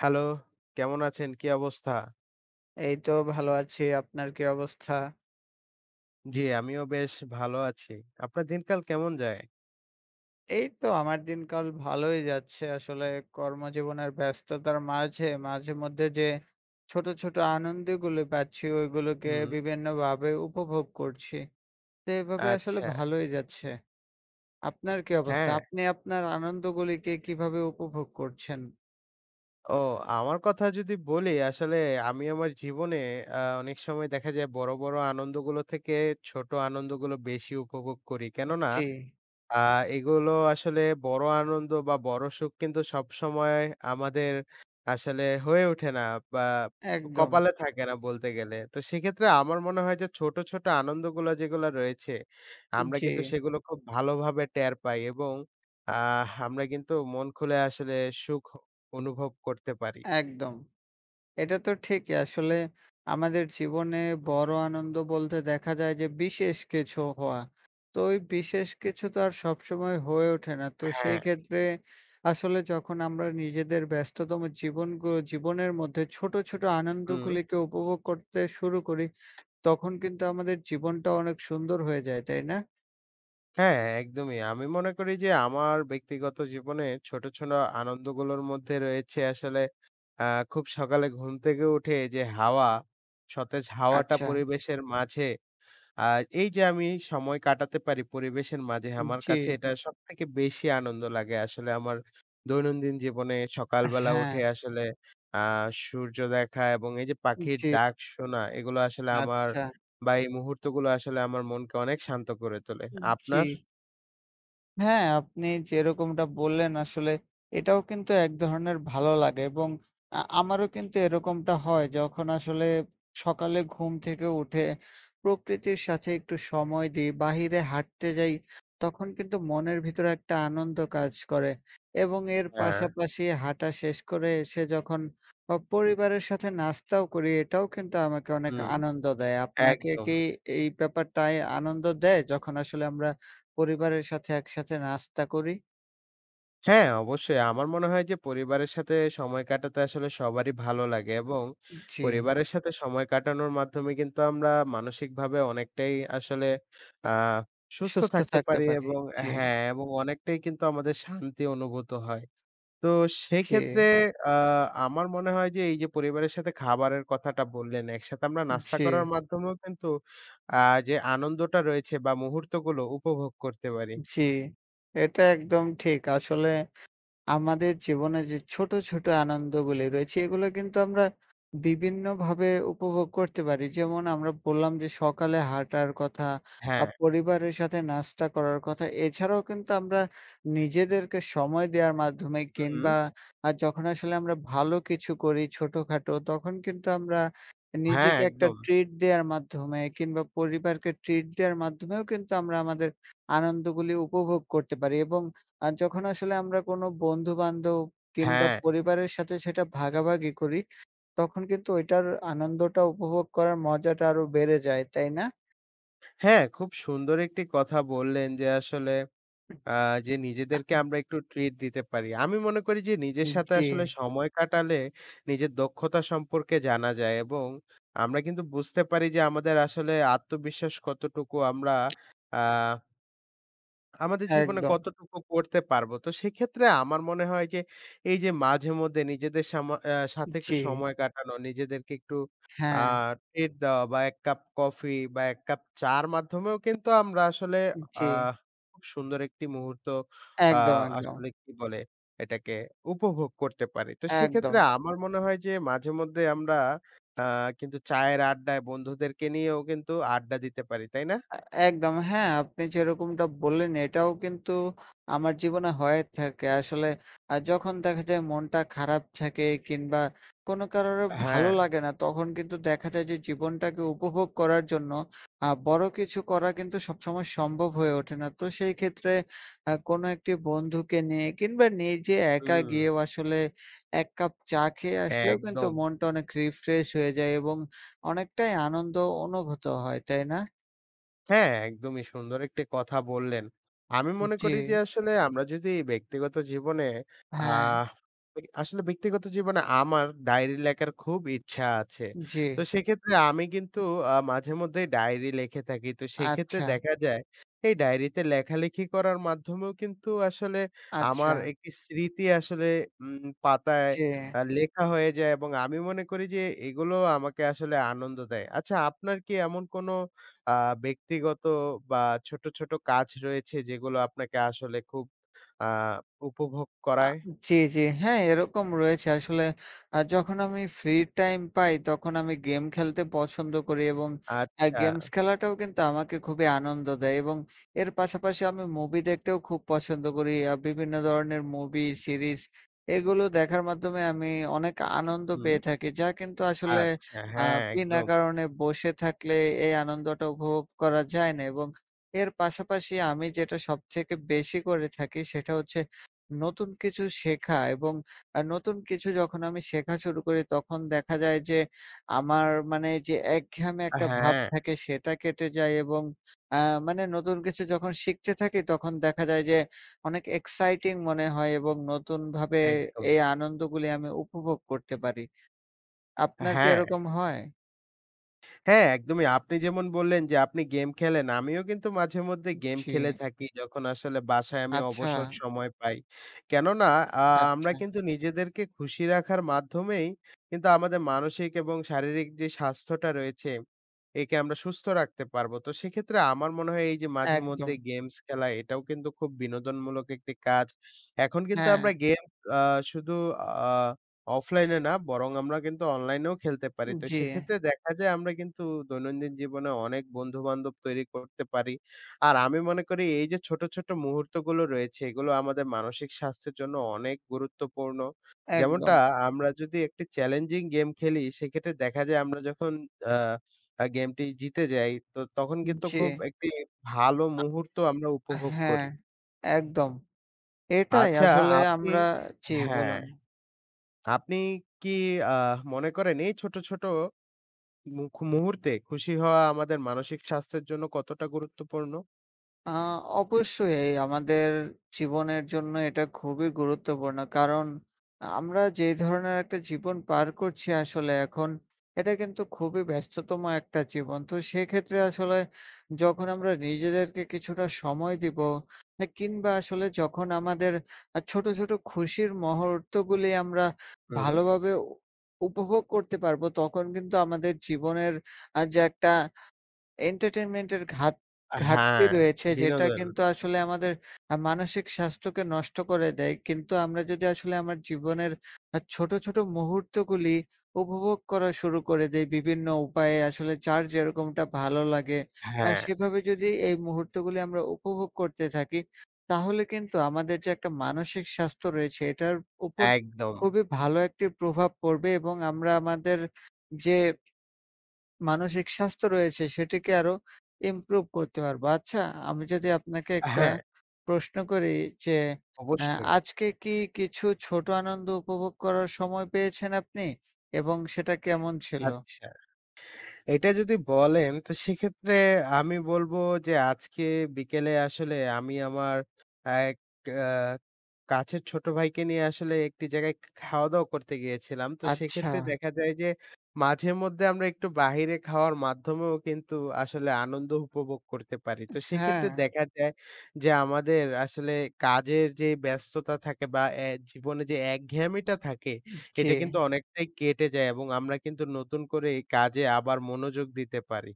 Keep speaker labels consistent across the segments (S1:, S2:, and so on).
S1: Hello, কেমন আছেন? কি অবস্থা?
S2: এই তো ভালো আছি। আপনার কি অবস্থা?
S1: জি, আমিও বেশ ভালো আছি। আপনার দিনকাল কেমন যায়?
S2: এই তো আমার দিনকাল ভালোই যাচ্ছে। আসলে কর্মজীবনের ব্যস্ততার মাঝে, মাঝেমধ্যে যে ছোট, ছোট আনন্দগুলো পাচ্ছি ওইগুলোকে
S1: হুম,
S2: বিভিন্নভাবে উপভোগ করছি। তো এভাবে আসলে
S1: আচ্ছা।
S2: ভালোই যাচ্ছে। আপনার কি অবস্থা?
S1: হ্যাঁ,
S2: আপনি আপনার আনন্দগুলিকে কিভাবে উপভোগ করছেন?
S1: ও আমার কথা যদি বলি আসলে আমি আমার জীবনে অনেক সময় দেখা যায় বড়, বড় আনন্দগুলো থেকে ছোট আনন্দগুলো বেশি উপভোগ করি। কেননা
S2: জি,
S1: আ এগুলো আসলে বড় আনন্দ বা বড় সুখ কিন্তু সবসময় আমাদের আসলে হয়ে ওঠে না বা
S2: একদম।
S1: কপালে থাকে না বলতে গেলে। তো সেক্ষেত্রে আমার মনে হয় যে ছোট, ছোট আনন্দগুলো যেগুলো রয়েছে, আমরা
S2: জি,
S1: কিন্তু সেগুলো খুব ভালোভাবে টের পাই এবং আমরা কিন্তু মন খুলে আসলে সুখ অনুভব করতে পারি।
S2: একদম। এটা তো ঠিকই। আসলে আমাদের জীবনে বড় আনন্দ বলতে দেখা যায় যে বিশেষ কিছু হওয়া। তো ওই বিশেষ কিছু তো আর সবসময় হয়ে ওঠে না। তো
S1: হ্যাঁ,
S2: সেই ক্ষেত্রে আসলে যখন আমরা নিজেদের ব্যস্ততম জীবনের মধ্যে ছোট, ছোট
S1: হুম।
S2: আনন্দগুলিকে উপভোগ করতে শুরু করি, তখন কিন্তু আমাদের জীবনটা অনেক সুন্দর হয়ে যায়, তাই না?
S1: হ্যাঁ, একদমই। আমি মনে করি যে আমার ব্যক্তিগত জীবনে ছোট, ছোট আনন্দগুলোর মধ্যে রয়েছে আসলে আ খুব সকালে ঘুম থেকে উঠে যে হাওয়া, সতেজ হাওয়াটা
S2: আচ্ছা।
S1: পরিবেশের মাঝে আ এই যে আমি সময় কাটাতে পারি পরিবেশের মাঝে আমার
S2: জি।
S1: কাছে এটা সবথেকে বেশি আনন্দ লাগে আসলে আমার দৈনন্দিন জীবনে সকালবেলা
S2: হ্যাঁ,
S1: উঠে আসলে আ সূর্য দেখা এবং এই যে পাখির
S2: জি।
S1: ডাক শোনা এগুলো আসলে আমার
S2: আচ্ছা।
S1: বা এই মুহূর্তগুলো আসলে আমার মনকে অনেক শান্ত করে তোলে।
S2: জি।
S1: আপনার?
S2: হ্যাঁ, আপনি যেরকমটা বললেন আসলে এটাও কিন্তু এক ধরনের ভালো লাগে এবং আমারও কিন্তু এরকমটা হয় যখন আসলে সকালে ঘুম থেকে উঠে প্রকৃতির সাথে একটু সময় দিই, বাহিরে হাঁটতে যাই, তখন কিন্তু মনের ভিতরে একটা আনন্দ কাজ করে এবং এর
S1: হ্যাঁ,
S2: পাশাপাশি হাঁটা শেষ করে এসে যখন পরিবারের সাথে নাস্তাও করি, এটাও কিন্তু আমাকে অনেক
S1: হুম,
S2: আনন্দ দেয়। আপনাকে
S1: একদম।
S2: কি এই ব্যাপারটায় আনন্দ দেয় যখন আসলে আমরা পরিবারের সাথে একসাথে নাস্তা করি।
S1: হ্যাঁ, অবশ্যই। আমার মনে হয় যে পরিবারের সাথে সময় কাটাতে আসলে সবারই ভালো লাগে এবং
S2: জি,
S1: পরিবারের সাথে সময় কাটানোর মাধ্যমে কিন্তু আমরা মানসিকভাবে অনেকটাই আসলে আ সুস্থ
S2: সুস্থ
S1: থাকতে
S2: থাকতে
S1: পারি
S2: পারি।
S1: এবং
S2: জি,
S1: হ্যাঁ, এবং অনেকটাই কিন্তু আমাদের শান্তি অনুভূত হয়। তো
S2: জি,
S1: সেক্ষেত্রে আ আমার মনে হয় যে এই যে পরিবারের সাথে খাবারের কথাটা বললেন, একসাথে আমরা নাস্তা
S2: জি,
S1: করার মাধ্যমেও কিন্তু আ যে আনন্দটা রয়েছে বা মুহূর্তগুলো উপভোগ করতে পারি।
S2: জি। এটা একদম ঠিক। আসলে আমাদের জীবনে যে ছোট, ছোট আনন্দগুলি রয়েছে এগুলো কিন্তু আমরা বিভিন্নভাবে উপভোগ করতে পারি। যেমন আমরা বললাম যে সকালে হাঁটার কথা,
S1: হ্যাঁ।
S2: পরিবারের সাথে নাস্তা করার কথা। এছাড়াও কিন্তু আমরা নিজেদেরকে সময় দেওয়ার মাধ্যমে
S1: হুম,
S2: কিংবা যখন আসলে আমরা ভালো কিছু করি ছোটখাটো, তখন কিন্তু আমরা
S1: হ্যাঁ,
S2: নিজেকে একটা
S1: একদম।
S2: ট্রিট দেওয়ার মাধ্যমে কিংবা পরিবারকে ট্রিট দেওয়ার মাধ্যমেও কিন্তু আমরা আমাদের আনন্দগুলি উপভোগ করতে পারি এবং আর যখন আসলে আমরা কোনো বন্ধু-বান্ধব কিংবা
S1: হ্যাঁ,
S2: পরিবারের সাথে সেটা ভাগাভাগি করি, তখন কিন্তু ওইটার আনন্দটা উপভোগ করার মজাটা আরো বেড়ে যায়, তাই না?
S1: হ্যাঁ, খুব সুন্দর একটি কথা বললেন যে আসলে আ যে নিজেদেরকে আমরা একটু ট্রিট দিতে পারি। আমি মনে করি যে নিজের সাথে
S2: জি,
S1: আসলে সময় কাটালে নিজের দক্ষতা সম্পর্কে জানা যায় এবং আমরা কিন্তু বুঝতে পারি যে আমাদের আসলে আত্মবিশ্বাস কতটুকু আমরা আ আমাদের জীবনে
S2: একদম।
S1: কতটুকু করতে পারবো। তো সেক্ষেত্রে আমার মনে হয় যে, এই যে মাঝে মধ্যে নিজেদের সামা আ সাথে একটু
S2: জি,
S1: সময় কাটানো, নিজেদেরকে একটু আ
S2: হ্যাঁ,
S1: ট্রিট দেওয়া বা ১ কাপ কফি বা ১ কাপ চা'র মাধ্যমেও কিন্তু আমরা আসলে
S2: জি,
S1: আহ খুব সুন্দর একটি মুহূর্ত আ
S2: একদম, একদম,
S1: আসলে কি বলে এটাকে উপভোগ করতে পারি। তো সেক্ষেত্রে
S2: একদম।
S1: আমার মনে হয় যে মাঝেমধ্যে আমরা আ কিন্তু চায়ের আড্ডায় বন্ধুদেরকে নিয়েও কিন্তু আড্ডা দিতে পারি। তাই না?
S2: আ একদম। হ্যাঁ, আপনি যেরকমটা বললেন এটাও কিন্তু আমার জীবনে হয়ে থাকে। আসলে যখন দেখা যায় মনটা খারাপ থাকে কিংবা কোনো কারণে ভালো
S1: হ্যাঁ,
S2: লাগে না তখন কিন্তু দেখা যায় যে জীবনটাকে উপভোগ করার জন্য বড় কিছু করা কিন্তু সবসময় সম্ভব হয়ে ওঠে না। তো সেই ক্ষেত্রে কোনো একটি বন্ধুকে নিয়ে কিংবা নিজে একা
S1: হুম,
S2: গিয়েও আসলে ১ কাপ চা খেয়ে আসলেও কিন্তু
S1: একদম।
S2: মনটা অনেক রিফ্রেশ হয়ে যায় এবং অনেকটাই আনন্দ অনুভূত হয়, তাই না?
S1: হ্যাঁ, একদমই সুন্দর একটি কথা বললেন। আমি মনে
S2: জি,
S1: করি যে আসলে আমরা যদি ব্যক্তিগত জীবনে
S2: হ্যাঁ,
S1: আহ আসলে ব্যক্তিগত জীবনে আমার ডায়েরি লেখার খুব ইচ্ছা আছে।
S2: জি।
S1: তো সেক্ষেত্রে আমি কিন্তু মাঝেমধ্যেই ডায়েরি লিখে থাকি। তো সেক্ষেত্রে
S2: আচ্ছা,
S1: দেখা যায় এই ডায়েরিতে লেখালেখি করার মাধ্যমেও কিন্তু আসলে আমার
S2: আচ্ছা,
S1: একটি স্মৃতি আসলে পাতায়
S2: জি।
S1: লেখা হয়ে যায় এবং আমি মনে করি যে এগুলো আমাকে আসলে আনন্দ দেয়। আচ্ছা আপনার কি এমন কোনো আ ব্যক্তিগত বা ছোট, ছোট কাজ রয়েছে যেগুলো আপনাকে আসলে খুব আ উপভোগ
S2: আ
S1: করায়?
S2: জি, জি। হ্যাঁ, এরকম রয়েছে। আসলে যখন আমি ফ্রি টাইম পাই তখন আমি গেম খেলতে পছন্দ করি এবং
S1: আচ্ছা,
S2: গেমস খেলাটাও কিন্তু আমাকে খুবই আনন্দ দেয় এবং এর পাশাপাশি আমি মুভি দেখতেও খুব পছন্দ করি। আ বিভিন্ন ধরনের মুভি, সিরিজ এগুলো দেখার মাধ্যমে আমি অনেক আনন্দ
S1: হুম,
S2: পেয়ে থাকি। যা কিন্তু আসলে
S1: আচ্ছা,
S2: আ
S1: হ্যাঁ,
S2: বিনা
S1: একদম।
S2: কারণে বসে থাকলে এই আনন্দটা উপভোগ করা যায় না এবং এর পাশাপাশি আমি যেটা সবথেকে বেশি করে থাকি সেটা হচ্ছে নতুন কিছু শেখা এবং নতুন কিছু যখন আমি শেখা শুরু করি তখন দেখা যায় যে আমার মানে যে একঘেয়েমি একটা ভাব
S1: হ্যাঁ,
S2: থাকে সেটা কেটে যায় এবং আ মানে নতুন কিছু যখন শিখতে থাকি তখন দেখা যায় যে অনেক এক্সাইটিং মনে হয় এবং নতুনভাবে
S1: একদম।
S2: এই আনন্দগুলি আমি উপভোগ করতে পারি। আপনার কি
S1: হ্যাঁ।
S2: এরকম হয়?
S1: হ্যাঁ, একদমই। আপনি যেমন বললেন যে আপনি গেম খেলেন, আমিও কিন্তু মাঝে মধ্যে গেম
S2: জি।
S1: খেলে থাকি যখন আসলে বাসায় আমি
S2: আচ্ছা,
S1: অবসর সময় পাই। কেননা আ আমরা
S2: আচ্ছা।
S1: কিন্তু নিজেদেরকে খুশি রাখার মাধ্যমেই কিন্তু আমাদের মানসিক এবং শারীরিক যে স্বাস্থ্যটা রয়েছে, একে আমরা সুস্থ রাখতে পারবো। তো সেক্ষেত্রে আমার মনে হয় এই যে মাঝে মধ্যে
S2: একদম।
S1: গেমস খেলা এটাও কিন্তু খুব বিনোদনমূলক একটি কাজ। এখন কিন্তু
S2: হ্যাঁ,
S1: আমরা গেমস শুধু আ অফলাইনে না বরং আমরা কিন্তু অনলাইনেও খেলতে পারি। তো
S2: জি,
S1: সেক্ষেত্রে দেখা যায় আমরা কিন্তু দৈনন্দিন জীবনে অনেক বন্ধু-বান্ধব তৈরি করতে পারি। আর আমি মনে করি এই যে ছোট, ছোট মুহূর্তগুলো রয়েছে এগুলো আমাদের মানসিক স্বাস্থ্যের জন্য অনেক গুরুত্বপূর্ণ। যেমনটা
S2: একদম।
S1: আমরা যদি একটি চ্যালেঞ্জিং গেম খেলি সেক্ষেত্রে দেখা যায় আমরা যখন আ আ গেমটি জিতে যাই তো তখন কিন্তু
S2: জি,
S1: খুব একটি ভালো মুহূর্ত আমরা উপভোগ
S2: হ্যাঁ,
S1: করি।
S2: একদম। এটাই
S1: আচ্ছা
S2: আসলে
S1: আপনি
S2: আমরা জি
S1: হ্যাঁ।
S2: বলুন।
S1: আপনি কি আ মনে করেন এই ছোট, ছোট মুহূর্তে খুশি হওয়া আমাদের মানসিক স্বাস্থ্যের জন্য কতটা গুরুত্বপূর্ণ?
S2: আ অবশ্যই আমাদের জীবনের জন্য এটা খুবই গুরুত্বপূর্ণ। কারণ আমরা যে ধরনের একটা জীবন পার করছি আসলে এখন, এটা কিন্তু খুবই ব্যস্ততম একটা জীবন। তো সেক্ষেত্রে আসলে যখন আমরা নিজেদেরকে কিছুটা সময় দিব, কিংবা আসলে যখন আমাদের ছোট, ছোট খুশির মুহূর্তগুলি আমরা
S1: হুম।
S2: ভালোভাবে উপভোগ করতে পারবো, তখন কিন্তু আমাদের জীবনের যে একটা এন্টারটেইনমেন্টের ঘাটতি
S1: হ্যাঁ,
S2: রয়েছে যেটা
S1: বিনোদন।
S2: কিন্তু আসলে আমাদের মানসিক স্বাস্থ্যকে নষ্ট করে দেয়। কিন্তু আমরা যদি আসলে আমার জীবনের ছোট, ছোট মুহূর্তগুলি উপভোগ করা শুরু করে দেই বিভিন্ন উপায়ে আসলে যার যেরকমটা ভালো লাগে,
S1: হ্যাঁ।
S2: সেভাবে যদি এই মুহূর্তগুলি আমরা উপভোগ করতে থাকি, তাহলে কিন্তু আমাদের যে একটা মানসিক স্বাস্থ্য রয়েছে এটার উপর
S1: একদম।
S2: খুবই ভালো একটি প্রভাব পড়বে এবং আমরা আমাদের যে মানসিক স্বাস্থ্য রয়েছে সেটিকে আরো ইমপ্রুভ করতে পারবো। আচ্ছা, আমি যদি আপনাকে একটা
S1: হ্যাঁ,
S2: প্রশ্ন করি যে, আ
S1: অবশ্যই।
S2: আজকে কি কিছু ছোট আনন্দ উপভোগ করার সময় পেয়েছেন আপনি? এবং সেটা কেমন ছিল?
S1: আচ্ছা। এটা যদি বলেন তো সেক্ষেত্রে আমি বলবো যে আজকে বিকেলে আসলে আমি আমার এক আ কাছের ছোট ভাইকে নিয়ে আসলে একটি জায়গায় খাওয়া-দাওয়া করতে গিয়েছিলাম। তো
S2: আচ্ছা,
S1: সেক্ষেত্রে দেখা যায় যে মাঝেমধ্যে আমরা একটু বাহিরে খাওয়ার মাধ্যমেও কিন্তু আসলে আনন্দ উপভোগ করতে পারি। তো
S2: হ্যাঁ,
S1: সেক্ষেত্রে দেখা যায় যে আমাদের আসলে কাজের যে ব্যস্ততা থাকে বা এ জীবনে যে একঘেয়ামিটা থাকে
S2: জি,
S1: এটা কিন্তু অনেকটাই কেটে যায় এবং আমরা কিন্তু নতুন করে এই কাজে আবার মনোযোগ দিতে পারি।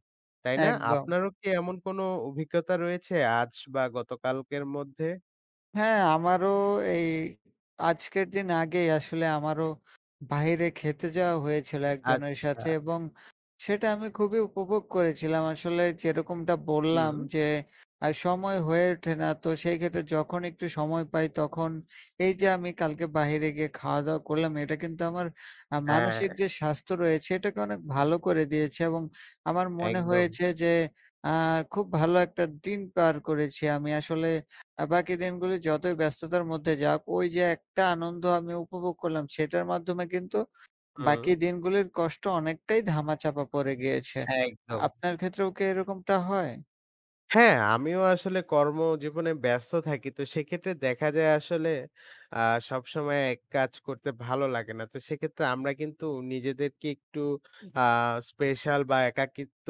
S1: তাই না?
S2: একদম।
S1: আপনারও কি এমন কোনো অভিজ্ঞতা রয়েছে আজ বা গতকালকের মধ্যে?
S2: হ্যাঁ, আমারও এই আজকের দিন আগেই আসলে আমারও বাহিরে খেতে যাওয়া হয়েছিল একজনের
S1: আচ্ছা।
S2: সাথে এবং সেটা আমি খুবই উপভোগ করেছিলাম। আসলে যেরকমটা বললাম
S1: হুম।
S2: যে সময় হয়ে ওঠে না। তো সেই ক্ষেত্রে যখন একটু সময় পাই তখন এই যে আমি কালকে বাহিরে গিয়ে খাওয়া-দাওয়া করলাম এটা কিন্তু আমার
S1: হ্যাঁ,
S2: মানসিক যে স্বাস্থ্য রয়েছে এটাকে অনেক ভালো করে দিয়েছে এবং আমার মনে
S1: একদম।
S2: হয়েছে যে আ খুব ভালো একটা দিন পার করেছি আমি। আসলে বাকি দিনগুলি যতই ব্যস্ততার মধ্যে যাক, ওই যে একটা আনন্দ আমি উপভোগ করলাম সেটার মাধ্যমে কিন্তু
S1: হুম,
S2: বাকি দিনগুলির কষ্ট অনেকটাই ধামাচাপা পড়ে গিয়েছে।
S1: একদম।
S2: আপনার ক্ষেত্রেও কি এরকমটা হয়?
S1: হ্যাঁ, আমিও আসলে কর্মজীবনে ব্যস্ত থাকি। তো সেক্ষেত্রে দেখা যায় আসলে আ সবসময় এক কাজ করতে ভালো লাগে না। তো সেক্ষেত্রে আমরা কিন্তু নিজেদেরকে একটু হুম। আ স্পেশাল বা একাকিত্ব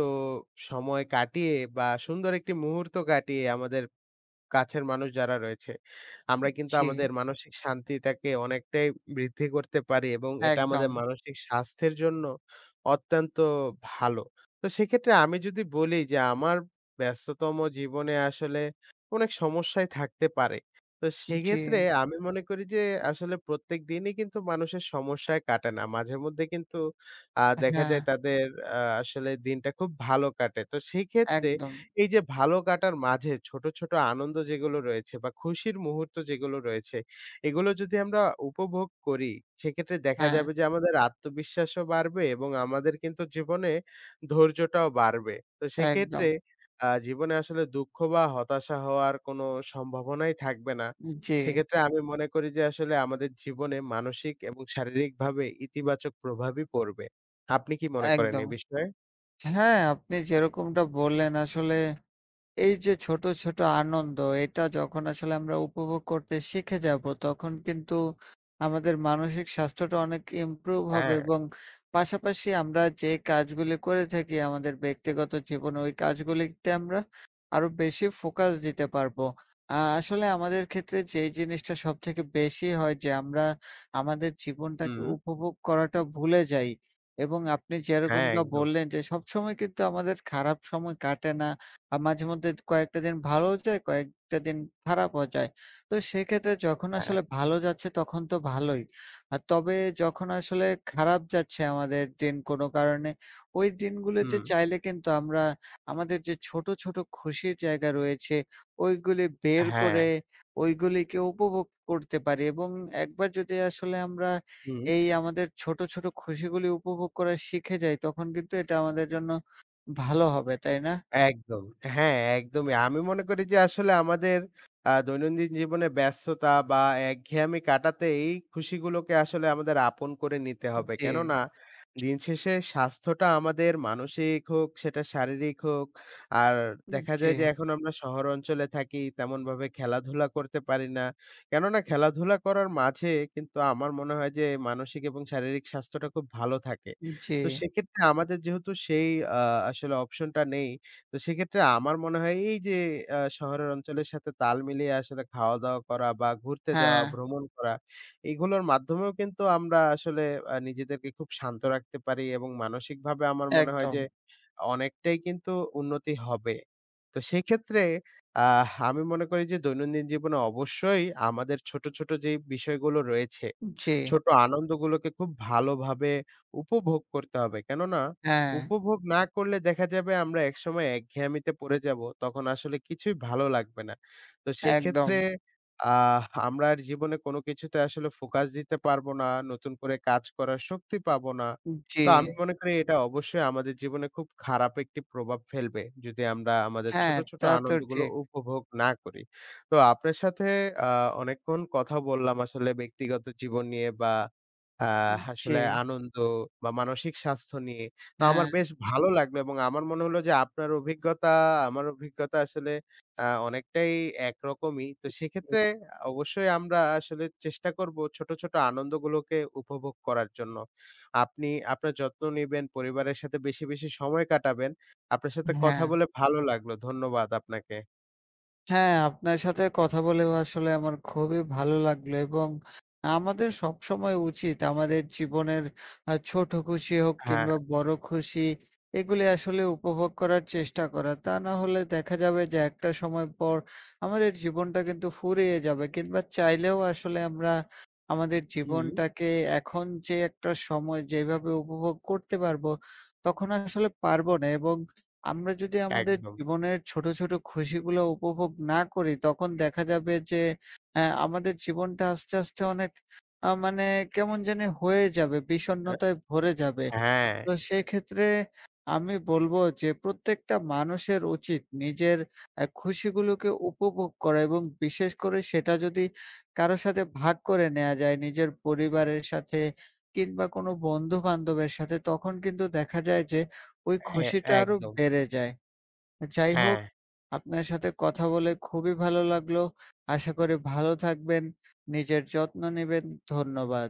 S1: সময় কাটিয়ে বা সুন্দর একটি মুহূর্ত কাটিয়ে আমাদের কাছের মানুষ যারা রয়েছে, আমরা কিন্তু
S2: জি,
S1: আমাদের মানসিক শান্তিটাকে অনেকটাই বৃদ্ধি করতে পারি এবং এটা আমাদের
S2: একদম।
S1: মানসিক স্বাস্থ্যের জন্য অত্যন্ত ভালো। তো সেক্ষেত্রে আমি যদি বলি যে আমার ব্যস্ততম জীবনে আসলে অনেক সমস্যাই থাকতে পারে। তো
S2: জি,
S1: সেক্ষেত্রে আমি মনে করি যে আসলে প্রত্যেক দিনই কিন্তু মানুষের সমস্যায় কাটে না। মাঝেমধ্যে কিন্তু দেখা
S2: হ্যাঁ,
S1: যায় তাদের আসলে দিনটা খুব ভালো কাটে। তো সেই ক্ষেত্রে
S2: একদম।
S1: এই যে ভালো কাটার মাঝে ছোট, ছোট আনন্দ যেগুলো রয়েছে বা খুশির মুহূর্ত যেগুলো রয়েছে, এগুলো যদি আমরা উপভোগ করি, সেক্ষেত্রে দেখা
S2: হ্যাঁ,
S1: যাবে যে আমাদের আত্মবিশ্বাসও বাড়বে এবং আমাদের কিন্তু জীবনে ধৈর্যটাও বাড়বে। তো
S2: একদম।
S1: সেক্ষেত্রে জীবনে আসলে দুঃখ বা হতাশা হওয়ার কোনো সম্ভাবনাই থাকবে না।
S2: জি,
S1: সেক্ষেত্রে আমি মনে করি যে আসলে আমাদের জীবনে মানসিক এবং শারীরিকভাবে ইতিবাচক প্রভাবই পড়বে। আপনি কি মনে করেন এ
S2: একদম।
S1: বিষয়ে?
S2: হ্যাঁ, আপনি যেরকমটা বললেন আসলে এই যে ছোট, ছোট আনন্দ এটা যখন আসলে আমরা উপভোগ করতে শিখে যাব তখন কিন্তু আমাদের মানসিক স্বাস্থ্যটা অনেক ইমপ্রুভ হবে
S1: হ্যাঁ,
S2: এবং পাশাপাশি আমরা যে কাজগুলি করে থাকি আমাদের ব্যক্তিগত জীবনে ওই কাজগুলিতে আমরা আরো বেশি ফোকাস দিতে পারবো। আসলে আমাদের ক্ষেত্রে যেই জিনিসটা সবথেকে বেশি হয় যে আমরা আমাদের জীবনটাকে
S1: হুম,
S2: উপভোগ করাটা ভুলে যাই এবং আপনি
S1: হ্যাঁ,
S2: যেরকমটা
S1: একদম।
S2: বললেন যে সবসময় কিন্তু আমাদের খারাপ সময় কাটে না। মাঝেমধ্যে কয়েকটা দিন ভালোও যায়, কয়েকটা দিন খারাপও যায়। তো সেক্ষেত্রে যখন
S1: হ্যাঁ।
S2: আসলে ভালো যাচ্ছে তখন তো ভালোই। আর তবে যখন আসলে খারাপ যাচ্ছে আমাদের দিন কোনো কারণে, ওই দিনগুলোতে
S1: হুম,
S2: চাইলে কিন্তু আমরা আমাদের যে ছোট, ছোট খুশির জায়গা রয়েছে ওইগুলি বের
S1: হ্যাঁ,
S2: করে ওইগুলিকে উপভোগ করতে পারি এবং একবার যদি আসলে আমরা
S1: হুম।
S2: এই আমাদের ছোট, ছোট খুশিগুলি উপভোগ করা শিখে যাই তখন কিন্তু এটা আমাদের জন্য ভালো হবে, তাই না?
S1: একদম। হ্যাঁ, একদমই। আমি মনে করি যে আসলে আমাদের দৈনন্দিন জীবনে ব্যস্ততা বা একঘেয়ামি কাটাতে এই খুশিগুলোকে আসলে আমাদের আপন করে নিতে হবে।
S2: জি।
S1: কেননা দিন শেষে স্বাস্থ্যটা আমাদের মানসিক হোক, সেটা শারীরিক হোক। আর দেখা
S2: জি,
S1: যায় যে এখন আমরা শহর অঞ্চলে থাকি, তেমনভাবে খেলাধুলা করতে পারি না। কেননা খেলাধুলা করার মাঝে কিন্তু আমার মনে হয় যে মানসিক এবং শারীরিক স্বাস্থ্যটা খুব ভালো থাকে।
S2: জি।
S1: তো সেক্ষেত্রে আমাদের যেহেতু সেই আ আসলে অপশনটা নেই তো সেক্ষেত্রে আমার মনে হয় এই যে শহরের অঞ্চলের সাথে তাল মিলিয়ে আসলে খাওয়া-দাওয়া করা বা ঘুরতে যাওয়া,
S2: হ্যাঁ,
S1: ভ্রমণ করা এগুলোর মাধ্যমেও কিন্তু আমরা আসলে নিজেদেরকে খুব শান্ত রাখতে পারি এবং মানসিকভাবে আমার মনে হয়
S2: একদম।
S1: যে অনেকটাই কিন্তু উন্নতি হবে। তো সেক্ষেত্রে আমি মনে করি যে দৈনন্দিন জীবনে অবশ্যই আমাদের ছোট, ছোট যেই বিষয়গুলো রয়েছে
S2: জি,
S1: ছোট আনন্দগুলোকে খুব ভালোভাবে উপভোগ করতে হবে। কেননা
S2: হ্যাঁ,
S1: উপভোগ না করলে দেখা যাবে আমরা একসময় একঘেয়ামিতে পড়ে যাব। তখন আসলে কিছুই ভালো লাগবে না। তো
S2: একদম।
S1: সেক্ষেত্রে আহ আমরা আর জীবনে কোনো কিছুতে আসলে ফোকাস দিতে পারবো না। নতুন করে কাজ করার শক্তি পাবো না।
S2: জি,
S1: তো আমি মনে করি এটা অবশ্যই আমাদের জীবনে খুব খারাপ একটি প্রভাব ফেলবে। যদি আমরা আমাদের ছোট,
S2: হ্যাঁ,
S1: ছোট
S2: তা তো
S1: আনন্দগুলো
S2: ঠিক।
S1: উপভোগ না করি। তো আপনার সাথে আ অনেকক্ষণ কথা বললাম আসলে ব্যক্তিগত জীবন নিয়ে বা আ
S2: জি,
S1: আসলে আনন্দ বা মানসিক স্বাস্থ্য নিয়ে। তো আমার
S2: হ্যাঁ,
S1: বেশ ভালো লাগলো এবং আমার মনে হলো যে আপনার অভিজ্ঞতা, আমার অভিজ্ঞতা আসলে অনেকটাই একরকমই। তো সেক্ষেত্রে অবশ্যই আমরা আসলে চেষ্টা করব ছোট, ছোট আনন্দগুলোকে উপভোগ করার জন্য। আপনি আপনার যত্ন নিবেন, পরিবারের সাথে বেশি, বেশি সময় কাটাবেন। আপনার সাথে কথা
S2: হ্যাঁ।
S1: বলে ভালো লাগলো। ধন্যবাদ আপনাকে।
S2: হ্যাঁ, আপনার সাথে কথা বলেও আসলে আমার খুবই ভালো লাগলো এবং আমাদের সবসময় উচিত আমাদের জীবনের ছোট খুশি হোক
S1: হ্যাঁ।
S2: কিংবা বড় খুশি, এগুলি আসলে উপভোগ করার চেষ্টা করা। তা না হলে দেখা যাবে যে একটা সময় পর আমাদের জীবনটা কিন্তু ফুরিয়ে যাবে কিংবা চাইলেও আসলে আমরা আমাদের
S1: হুম।
S2: জীবনটাকে এখন যে একটা সময় যেভাবে উপভোগ করতে পারবো, তখন আসলে পারবো না এবং আমরা যদি আমাদের
S1: একদম।
S2: জীবনের ছোট, ছোট খুশিগুলো উপভোগ না করি, তখন দেখা যাবে যে আমাদের জীবনটা আস্তে, আস্তে অনেক আ মানে কেমন জানি হয়ে যাবে, বিষণ্ণতায় ভরে যাবে।
S1: হ্যাঁ, হ্যাঁ,
S2: তো সেক্ষেত্রে আমি বলব যে প্রত্যেকটা মানুষের উচিত নিজের খুশিগুলোকে উপভোগ করা এবং বিশেষ করে সেটা যদি কারো সাথে ভাগ করে নেয়া যায় নিজের পরিবারের সাথে কিংবা কোনো বন্ধু-বান্ধবের সাথে তখন কিন্তু দেখা যায় যে ওই খুশিটা আরো
S1: একদম।
S2: বেড়ে যায়। যাই হোক
S1: হ্যাঁ,
S2: আপনার সাথে কথা বলে খুবই ভালো লাগলো। আশা করি ভালো থাকবেন, নিজের যত্ন নিবেন। ধন্যবাদ।